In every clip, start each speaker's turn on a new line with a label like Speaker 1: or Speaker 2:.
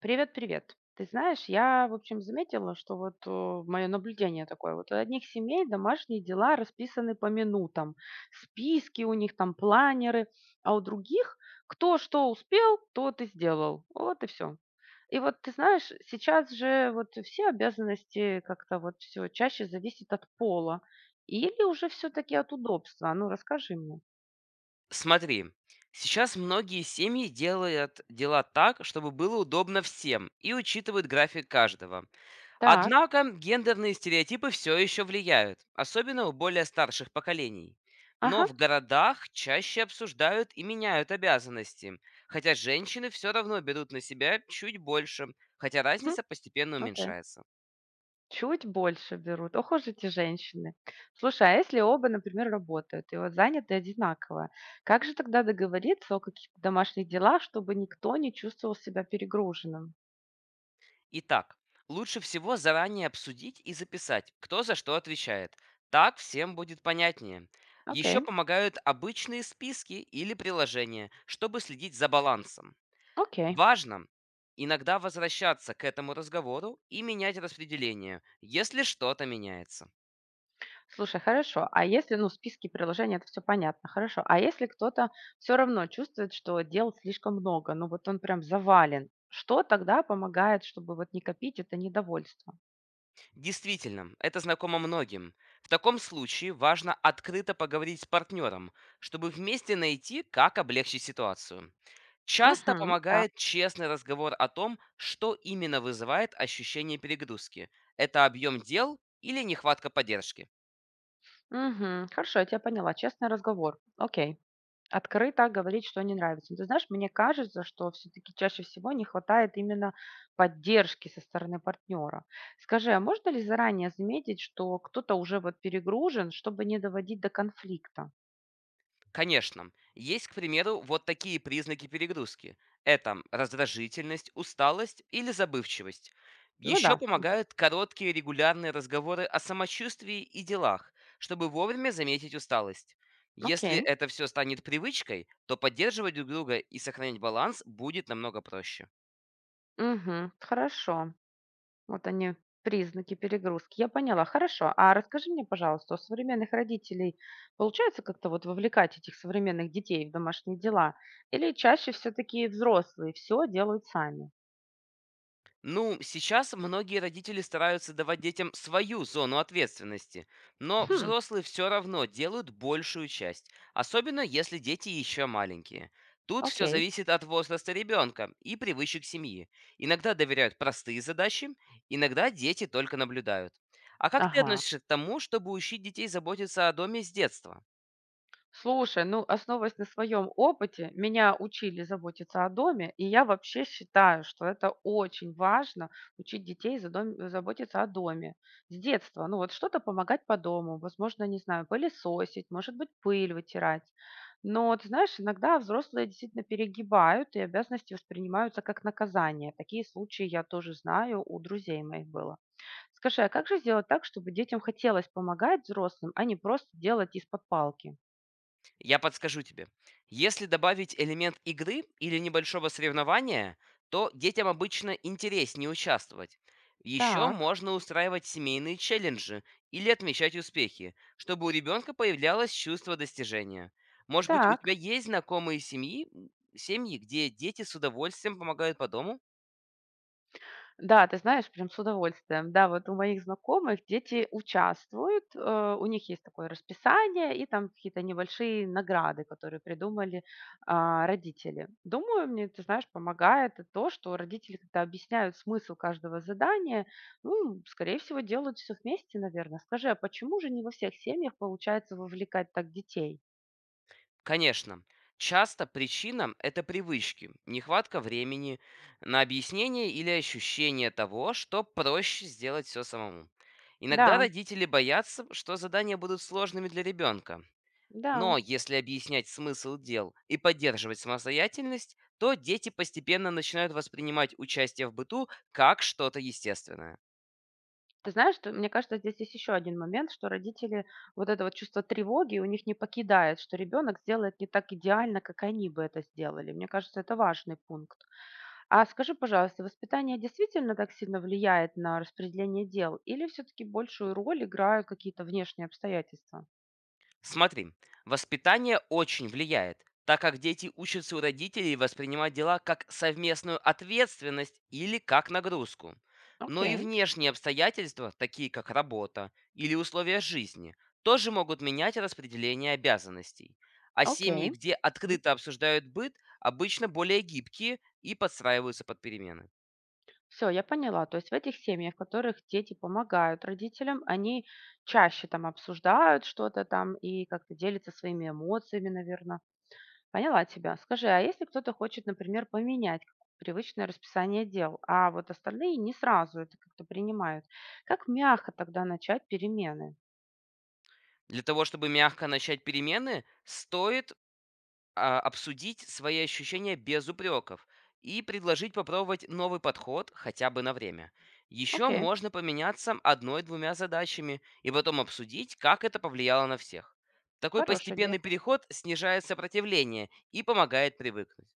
Speaker 1: Привет, привет. Ты знаешь, я, в общем, заметила, что вот мое наблюдение такое. Вот у одних семей домашние дела расписаны по минутам. Списки у них там, планеры. А у других кто что успел, тот и сделал. Вот и все. И вот ты знаешь, сейчас же вот все обязанности как-то вот все чаще зависит от пола. Или уже все-таки от удобства. А, ну, расскажи мне.
Speaker 2: Смотри, сейчас многие семьи делают дела так, чтобы было удобно всем и учитывают график каждого.
Speaker 1: Так.
Speaker 2: Однако гендерные стереотипы все еще влияют, особенно у более старших поколений. Но
Speaker 1: Ага.
Speaker 2: в городах чаще обсуждают и меняют обязанности, хотя женщины все равно берут на себя чуть больше, хотя
Speaker 1: Хм,
Speaker 2: разница постепенно
Speaker 1: окей.
Speaker 2: уменьшается.
Speaker 1: Чуть больше берут. Ох уж эти женщины. Слушай, а если оба, например, работают и вот заняты одинаково, как же тогда договориться о каких-то домашних делах, чтобы никто не чувствовал себя перегруженным?
Speaker 2: Итак, лучше всего заранее обсудить и записать, кто за что отвечает. Так всем будет понятнее.
Speaker 1: Окей,
Speaker 2: Еще помогают обычные списки или приложения, чтобы следить за балансом.
Speaker 1: окей.
Speaker 2: Важно иногда возвращаться к этому разговору и менять распределение, если что-то меняется.
Speaker 1: Слушай, хорошо. А если, ну, списки приложений, это все понятно, хорошо. А если кто-то все равно чувствует, что дел слишком много, ну вот он прям завален, что тогда помогает, чтобы вот не копить это недовольство?
Speaker 2: Действительно, это знакомо многим. В таком случае важно открыто поговорить с партнером, чтобы вместе найти, как облегчить ситуацию. Часто
Speaker 1: Угу, да.
Speaker 2: помогает честный разговор о том, что именно вызывает ощущение перегрузки. Это объем дел или нехватка поддержки.
Speaker 1: Угу, хорошо, я тебя поняла. Честный разговор. Окей. Открыто говорить, что не нравится. Ну, ты знаешь, мне кажется, что все таки чаще всего не хватает именно поддержки со стороны партнера. Скажи, а можно ли заранее заметить, что кто-то уже вот перегружен, чтобы не доводить до конфликта?
Speaker 2: Конечно, есть, к примеру, вот такие признаки перегрузки. Это раздражительность, усталость или забывчивость.
Speaker 1: Ну
Speaker 2: Еще
Speaker 1: да,
Speaker 2: помогают короткие регулярные разговоры о самочувствии и делах, чтобы вовремя заметить усталость. Если
Speaker 1: окей.
Speaker 2: это все станет привычкой, то поддерживать друг друга и сохранять баланс будет намного проще.
Speaker 1: Мгм. Хорошо. Вот они, признаки перегрузки. Я поняла. Хорошо. А расскажи мне, пожалуйста, у современных родителей получается как-то вот вовлекать этих современных детей в домашние дела? Или чаще все таки взрослые все делают сами?
Speaker 2: Ну, сейчас многие родители стараются давать детям свою зону ответственности, но
Speaker 1: Хм.
Speaker 2: взрослые все равно делают большую часть, особенно если дети еще маленькие. Тут все
Speaker 1: Окей.
Speaker 2: зависит от возраста ребенка и привычек семьи. Иногда доверяют простые задачи, иногда дети только наблюдают. А как ты
Speaker 1: Ага.
Speaker 2: относишься к тому, чтобы учить детей заботиться о доме с детства?
Speaker 1: Слушай, ну, основываясь на своем опыте, меня учили заботиться о доме, и я вообще считаю, что это очень важно учить детей заботиться о доме с детства. Ну, вот что-то помогать по дому, возможно, не знаю, пылесосить, может быть, пыль вытирать. Но, ты знаешь, иногда взрослые действительно перегибают, и обязанности воспринимаются как наказание. Такие случаи я тоже знаю, у друзей моих было. Скажи, а как же сделать так, чтобы детям хотелось помогать взрослым, а не просто делать из-под палки?
Speaker 2: Я подскажу тебе. Если добавить элемент игры или небольшого соревнования, то детям обычно интереснее участвовать. Еще
Speaker 1: Так,
Speaker 2: можно устраивать семейные челленджи или отмечать успехи, чтобы у ребенка появлялось чувство достижения. Может быть, у тебя
Speaker 1: так.
Speaker 2: есть знакомые семьи, где дети с удовольствием помогают по дому?
Speaker 1: Да, ты знаешь, прям с удовольствием. Да, вот у моих знакомых дети участвуют, у них есть такое расписание и там какие-то небольшие награды, которые придумали родители. Думаю, мне, ты знаешь, помогает и то, что родители, когда объясняют смысл каждого задания, ну, скорее всего, делают все вместе, наверное. Скажи, а почему же не во всех семьях получается вовлекать так детей?
Speaker 2: Конечно. Часто причина — это привычки, нехватка времени на объяснение или ощущение того, что проще сделать все самому. Иногда
Speaker 1: Да,
Speaker 2: родители боятся, что задания будут сложными для ребенка.
Speaker 1: да.
Speaker 2: Но если объяснять смысл дел и поддерживать самостоятельность, то дети постепенно начинают воспринимать участие в быту как что-то естественное.
Speaker 1: Ты знаешь, что, мне кажется, здесь есть еще один момент, что родители вот это вот чувство тревоги у них не покидает, что ребенок сделает не так идеально, как они бы это сделали. Мне кажется, это важный пункт. А скажи, пожалуйста, воспитание действительно так сильно влияет на распределение дел или все-таки большую роль играют какие-то внешние обстоятельства?
Speaker 2: Смотри, воспитание очень влияет, так как дети учатся у родителей воспринимать дела как совместную ответственность или как нагрузку. Но и
Speaker 1: Окей,
Speaker 2: внешние обстоятельства, такие как работа или условия жизни, тоже могут менять распределение обязанностей. А семьи,
Speaker 1: окей.
Speaker 2: где открыто обсуждают быт, обычно более гибкие и подстраиваются под перемены.
Speaker 1: Все, я поняла. То есть в этих семьях, в которых дети помогают родителям, они чаще там обсуждают что-то там и как-то делятся своими эмоциями, наверное. Поняла тебя. Скажи, а если кто-то хочет, например, поменять как привычное расписание дел, а вот остальные не сразу это как-то принимают, как мягко тогда начать перемены?
Speaker 2: Для того, чтобы мягко начать перемены, стоит обсудить свои ощущения без упреков и предложить попробовать новый подход хотя бы на время. Еще
Speaker 1: Окей,
Speaker 2: можно поменяться одной-двумя задачами и потом обсудить, как это повлияло на всех. Такой
Speaker 1: хорошая идея.
Speaker 2: постепенный переход снижает сопротивление и помогает привыкнуть.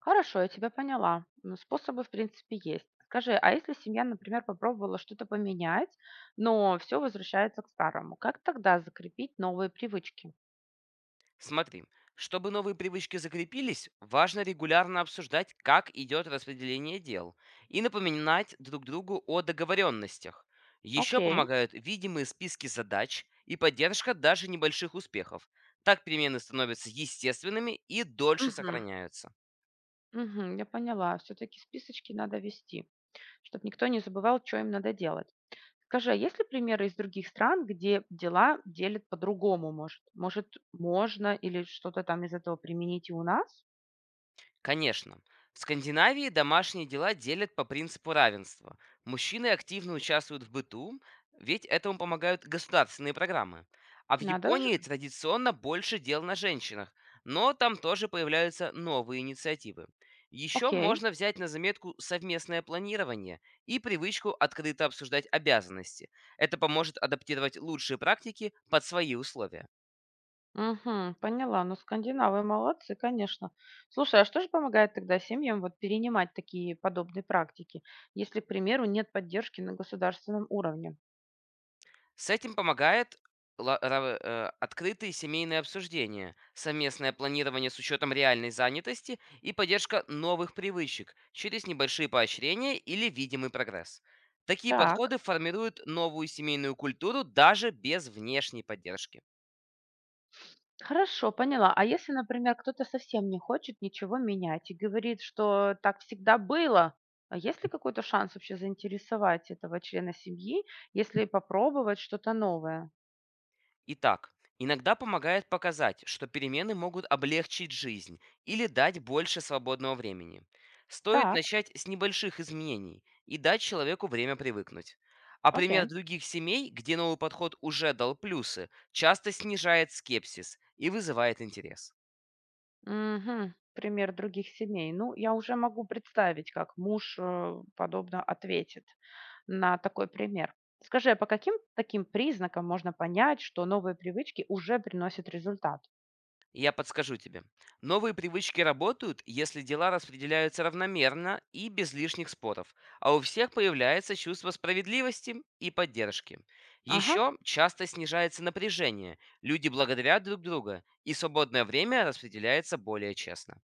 Speaker 1: Хорошо, я тебя поняла. Ну, способы, в принципе, есть. Скажи, а если семья, например, попробовала что-то поменять, но все возвращается к старому, как тогда закрепить новые привычки?
Speaker 2: Смотри, чтобы новые привычки закрепились, важно регулярно обсуждать, как идет распределение дел, и напоминать друг другу о договоренностях. Еще
Speaker 1: Окей.
Speaker 2: помогают видимые списки задач и поддержка даже небольших успехов. Так перемены становятся естественными и дольше
Speaker 1: Мгм.
Speaker 2: сохраняются.
Speaker 1: Мгм, я поняла. Все-таки списочки надо вести, чтобы никто не забывал, что им надо делать. Скажи, а есть ли примеры из других стран, где дела делят по-другому, может? Может, можно или что-то там из этого применить и у нас?
Speaker 2: Конечно. В Скандинавии домашние дела делят по принципу равенства. Мужчины активно участвуют в быту, ведь этому помогают государственные программы. А в
Speaker 1: Надо же.
Speaker 2: Японии традиционно больше дел на женщинах, но там тоже появляются новые инициативы. Еще
Speaker 1: Окей.
Speaker 2: можно взять на заметку совместное планирование и привычку открыто обсуждать обязанности. Это поможет адаптировать лучшие практики под свои условия.
Speaker 1: Мгм. Поняла. Ну, скандинавы молодцы, конечно. Слушай, а что же помогает тогда семьям вот перенимать такие подобные практики, если, к примеру, нет поддержки на государственном уровне?
Speaker 2: С этим помогает открытые семейные обсуждения, совместное планирование с учетом реальной занятости и поддержка новых привычек через небольшие поощрения или видимый прогресс. Такие
Speaker 1: Так,
Speaker 2: подходы формируют новую семейную культуру даже без внешней поддержки.
Speaker 1: хорошо, поняла. А если, например, кто-то совсем не хочет ничего менять и говорит, что так всегда было, а есть ли какой-то шанс вообще заинтересовать этого члена семьи, если попробовать что-то новое?
Speaker 2: Итак, иногда помогает показать, что перемены могут облегчить жизнь или дать больше свободного времени. Стоит
Speaker 1: Так,
Speaker 2: начать с небольших изменений и дать человеку время привыкнуть. А пример
Speaker 1: окей.
Speaker 2: других семей, где новый подход уже дал плюсы, часто снижает скепсис и вызывает интерес.
Speaker 1: Мгм. Пример других семей. Ну, я уже могу представить, как муж, подобно ответит на такой пример. Скажи, а по каким таким признакам можно понять, что новые привычки уже приносят результат?
Speaker 2: Я подскажу тебе. Новые привычки работают, если дела распределяются равномерно и без лишних споров, а у всех появляется чувство справедливости и поддержки.
Speaker 1: Ага,
Speaker 2: Еще часто снижается напряжение, люди благодарят друг друга, и свободное время распределяется более честно.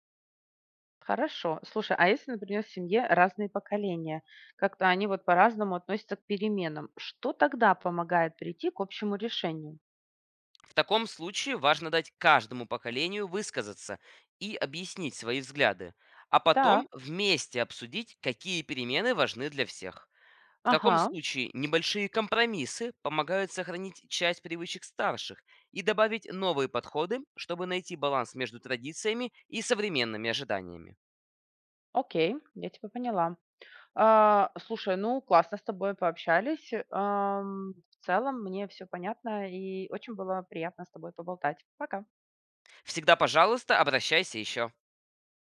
Speaker 1: хорошо. Слушай, а если, например, в семье разные поколения, как-то они вот по-разному относятся к переменам, что тогда помогает прийти к общему решению?
Speaker 2: В таком случае важно дать каждому поколению высказаться и объяснить свои взгляды, а
Speaker 1: Так,
Speaker 2: потом вместе обсудить, какие перемены важны для всех. В
Speaker 1: ага,
Speaker 2: таком случае небольшие компромиссы помогают сохранить часть привычек старших и добавить новые подходы, чтобы найти баланс между традициями и современными ожиданиями.
Speaker 1: окей, я тебя поняла. А, слушай, ну, классно с тобой пообщались. В целом мне все понятно, и очень было приятно с тобой поболтать. Пока.
Speaker 2: Всегда, пожалуйста, обращайся еще.